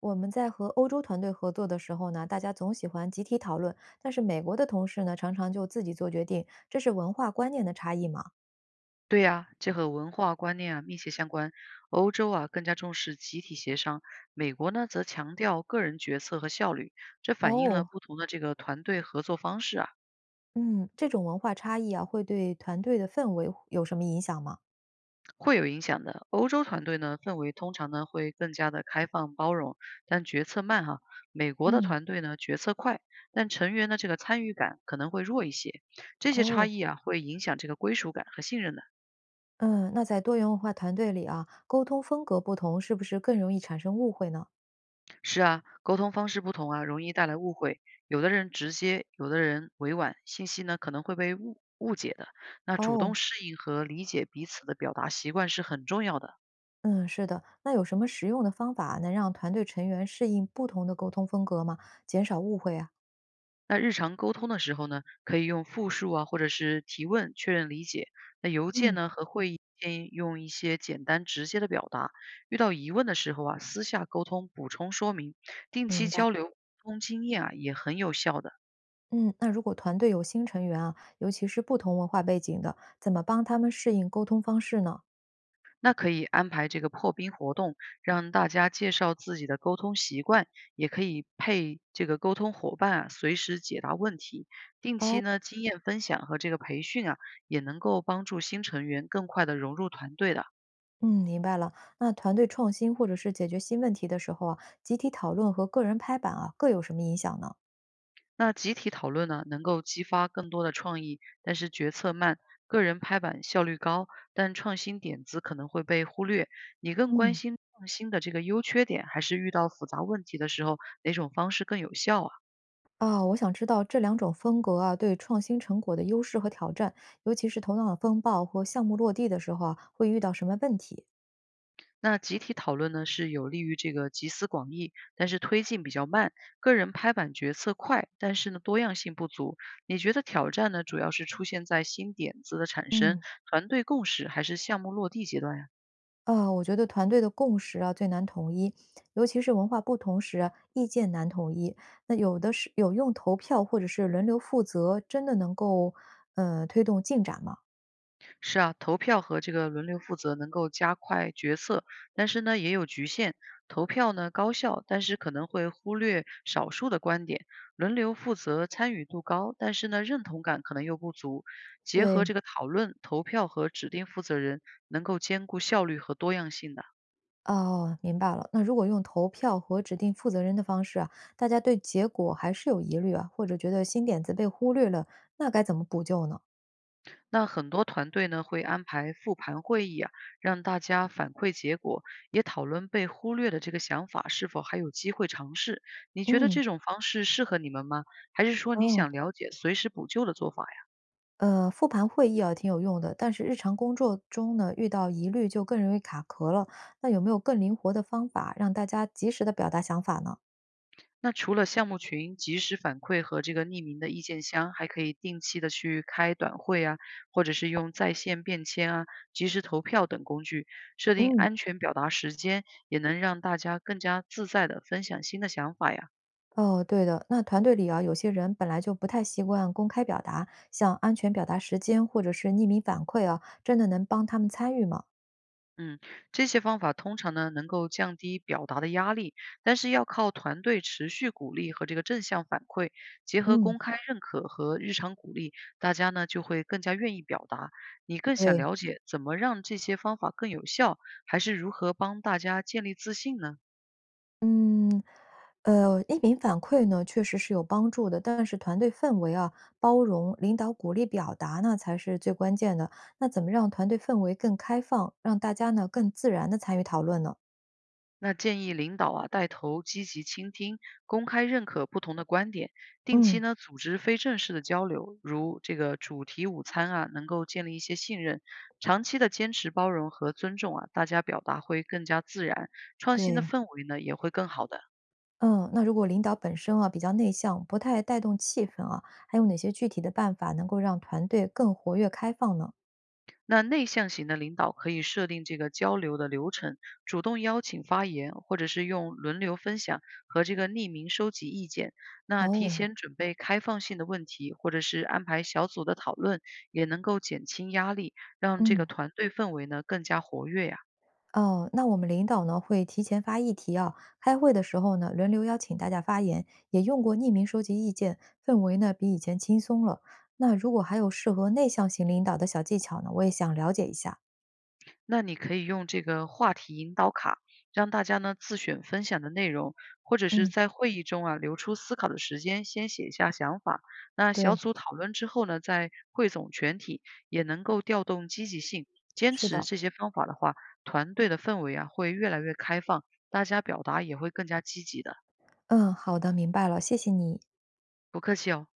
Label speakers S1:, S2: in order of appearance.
S1: 我们在和欧洲团队合作的时候呢，大家总喜欢集体讨论，但是美国的同事呢，常常就自己做决定，这是文化观念的差异吗？
S2: 对呀，这和文化观念啊密切相关。欧洲啊更加重视集体协商，美国呢则强调个人决策和效率，这反映了
S1: 哦，
S2: 不同的这个团队合作方式啊，
S1: 嗯，这种文化差异啊，会对团队的氛围有什么影响吗？
S2: 会有影响的。欧洲团队呢氛围通常呢会更加的开放包容，但决策慢哈、美国的
S1: 嗯，
S2: 团队呢决策快，但成员的这个参与感可能会弱一些。这些差
S1: 哦，
S2: 异啊会影响这个归属感和信任的。
S1: 嗯，那在多元文化团队里啊，沟通风格不同，是不是更容易产生误会呢？
S2: 是啊，沟通方式不同啊，容易带来误会。有的人直接，有的人委婉，信息呢可能会被误解的。那主动
S1: 哦，
S2: 适应和理解彼此的表达习惯是很重要的。
S1: 嗯，是的。那有什么实用的方法能让团队成员适应不同的沟通风格吗？减少误会啊？
S2: 那日常沟通的时候呢，可以用复述啊，或者是提问确认理解。那邮件
S1: 嗯，
S2: 呢和会议建议用一些简单直接的表达。遇到疑问的时候啊，私下沟通补充说明，定期
S1: 明
S2: 交
S1: 白。
S2: 流沟通经验啊也很有效的。
S1: 嗯，那如果团队有新成员啊，尤其是不同文化背景的，怎么帮他们适应沟通方式呢？
S2: 那可以安排这个破冰活动，让大家介绍自己的沟通习惯，也可以配这个沟通伙伴啊，随时解答问题。定
S1: 哦，
S2: 期呢，经验分享和这个培训啊，也能够帮助新成员更快的融入团队的。
S1: 嗯，明白了。那团队创新或者是解决新问题的时候啊，集体讨论和个人拍板啊，各有什么影响呢？
S2: 那集体讨论呢，能够激发更多的创意，但是决策慢，个人拍板效率高，但创新点子可能会被忽略。你更关
S1: 嗯，
S2: 心创新的这个优缺点，还是遇到复杂问题的时候哪种方式更有效啊？
S1: 啊，我想知道这两种风格啊，对创新成果的优势和挑战，尤其是头脑风暴或项目落地的时候啊，会遇到什么问题？
S2: 那集体讨论呢，是有利于这个集思广益，但是推进比较慢。个人拍板决策快，但是呢多样性不足。你觉得挑战呢，主要是出现在新点子的产生、
S1: 嗯，
S2: 团队共识，还是项目落地阶段呀？
S1: 啊，我觉得团队的共识啊最难统一，尤其是文化不同时啊，意见难统一。那有的是有用投票或者是轮流负责，真的能够推动进展吗？
S2: 是啊，投票和这个轮流负责能够加快决策，但是呢也有局限。投票呢高效，但是可能会忽略少数的观点；轮流负责参与度高，但是呢认同感可能又不足。结合
S1: 对，
S2: 这个讨论、投票和指定负责人，能够兼顾效率和多样性的。
S1: 哦，明白了。那如果用投票和指定负责人的方式啊，大家对结果还是有疑虑啊，或者觉得新点子被忽略了，那该怎么补救呢？
S2: 那很多团队呢会安排复盘会议啊，让大家反馈结果，也讨论被忽略的这个想法是否还有机会尝试。你觉得
S1: 嗯，
S2: 这种方式适合你们吗？还是说你
S1: 哦。
S2: 想了解随时补救的做法呀？
S1: 复盘会议啊挺有用的，但是日常工作中呢，遇到疑虑就更容易卡壳了。那有没有更灵活的方法让大家及时的表达想法呢？
S2: 那除了项目群及时反馈和这个匿名的意见箱，还可以定期的去开短会啊，或者是用在线便签啊、及时投票等工具，设定
S1: 嗯，
S2: 安全表达时间，也能让大家更加自在的分享新的想法呀。
S1: 哦，对的，那团队里啊，有些人本来就不太习惯公开表达，像安全表达时间或者是匿名反馈啊，真的能帮他们参与吗？
S2: 嗯，这些方法通常呢能够降低表达的压力，但是要靠团队持续鼓励和这个正向反馈，结合
S1: 嗯，
S2: 公开认可和日常鼓励，大家呢就会更加愿意表达。你更想
S1: 对，
S2: 了解怎么让这些方法更有效，还是如何帮大家建立自信呢？
S1: 嗯，一鸣反馈呢，确实是有帮助的，但是团队氛围啊，包容、领导鼓励表达呢，才是最关键的。那怎么让团队氛围更开放，让大家呢更自然的参与讨论呢？
S2: 那建议领导啊带头积极倾听，公开认可不同的观点，定期
S1: 嗯，
S2: 呢组织非正式的交流，如这个主题午餐啊，能够建立一些信任。长期的坚持包容和尊重啊，大家表达会更加自然，创新的
S1: 对，
S2: 氛围呢也会更好的。
S1: 嗯，那如果领导本身啊比较内向，不太带动气氛啊，还有哪些具体的办法能够让团队更活跃开放呢？
S2: 那内向型的领导可以设定这个交流的流程，主动邀请发言，或者是用轮流分享和这个匿名收集意见。那提
S1: 哦，
S2: 前准备开放性的问题，或者是安排小组的讨论，也能够减轻压力，让这个
S1: 嗯。
S2: 团队氛围呢更加活跃呀。
S1: 哦，那我们领导呢会提前发议题啊，开会的时候呢轮流邀请大家发言，也用过匿名收集意见，氛围呢比以前轻松了。那如果还有适合内向型领导的小技巧呢，我也想了解一下。
S2: 那你可以用这个话题引导卡，让大家呢自选分享的内容，或者是
S1: 嗯，
S2: 在会议中啊留出思考的时间，先写下想法。那小
S1: 对，
S2: 组讨论之后呢，再汇总全体，也能够调动积极性。坚
S1: 是
S2: 持
S1: 的，
S2: 这些方法的话，团队的氛围啊会越来越开放，大家表达也会更加积极的。
S1: 嗯，好的，明白了，谢谢你。
S2: 不客气哦。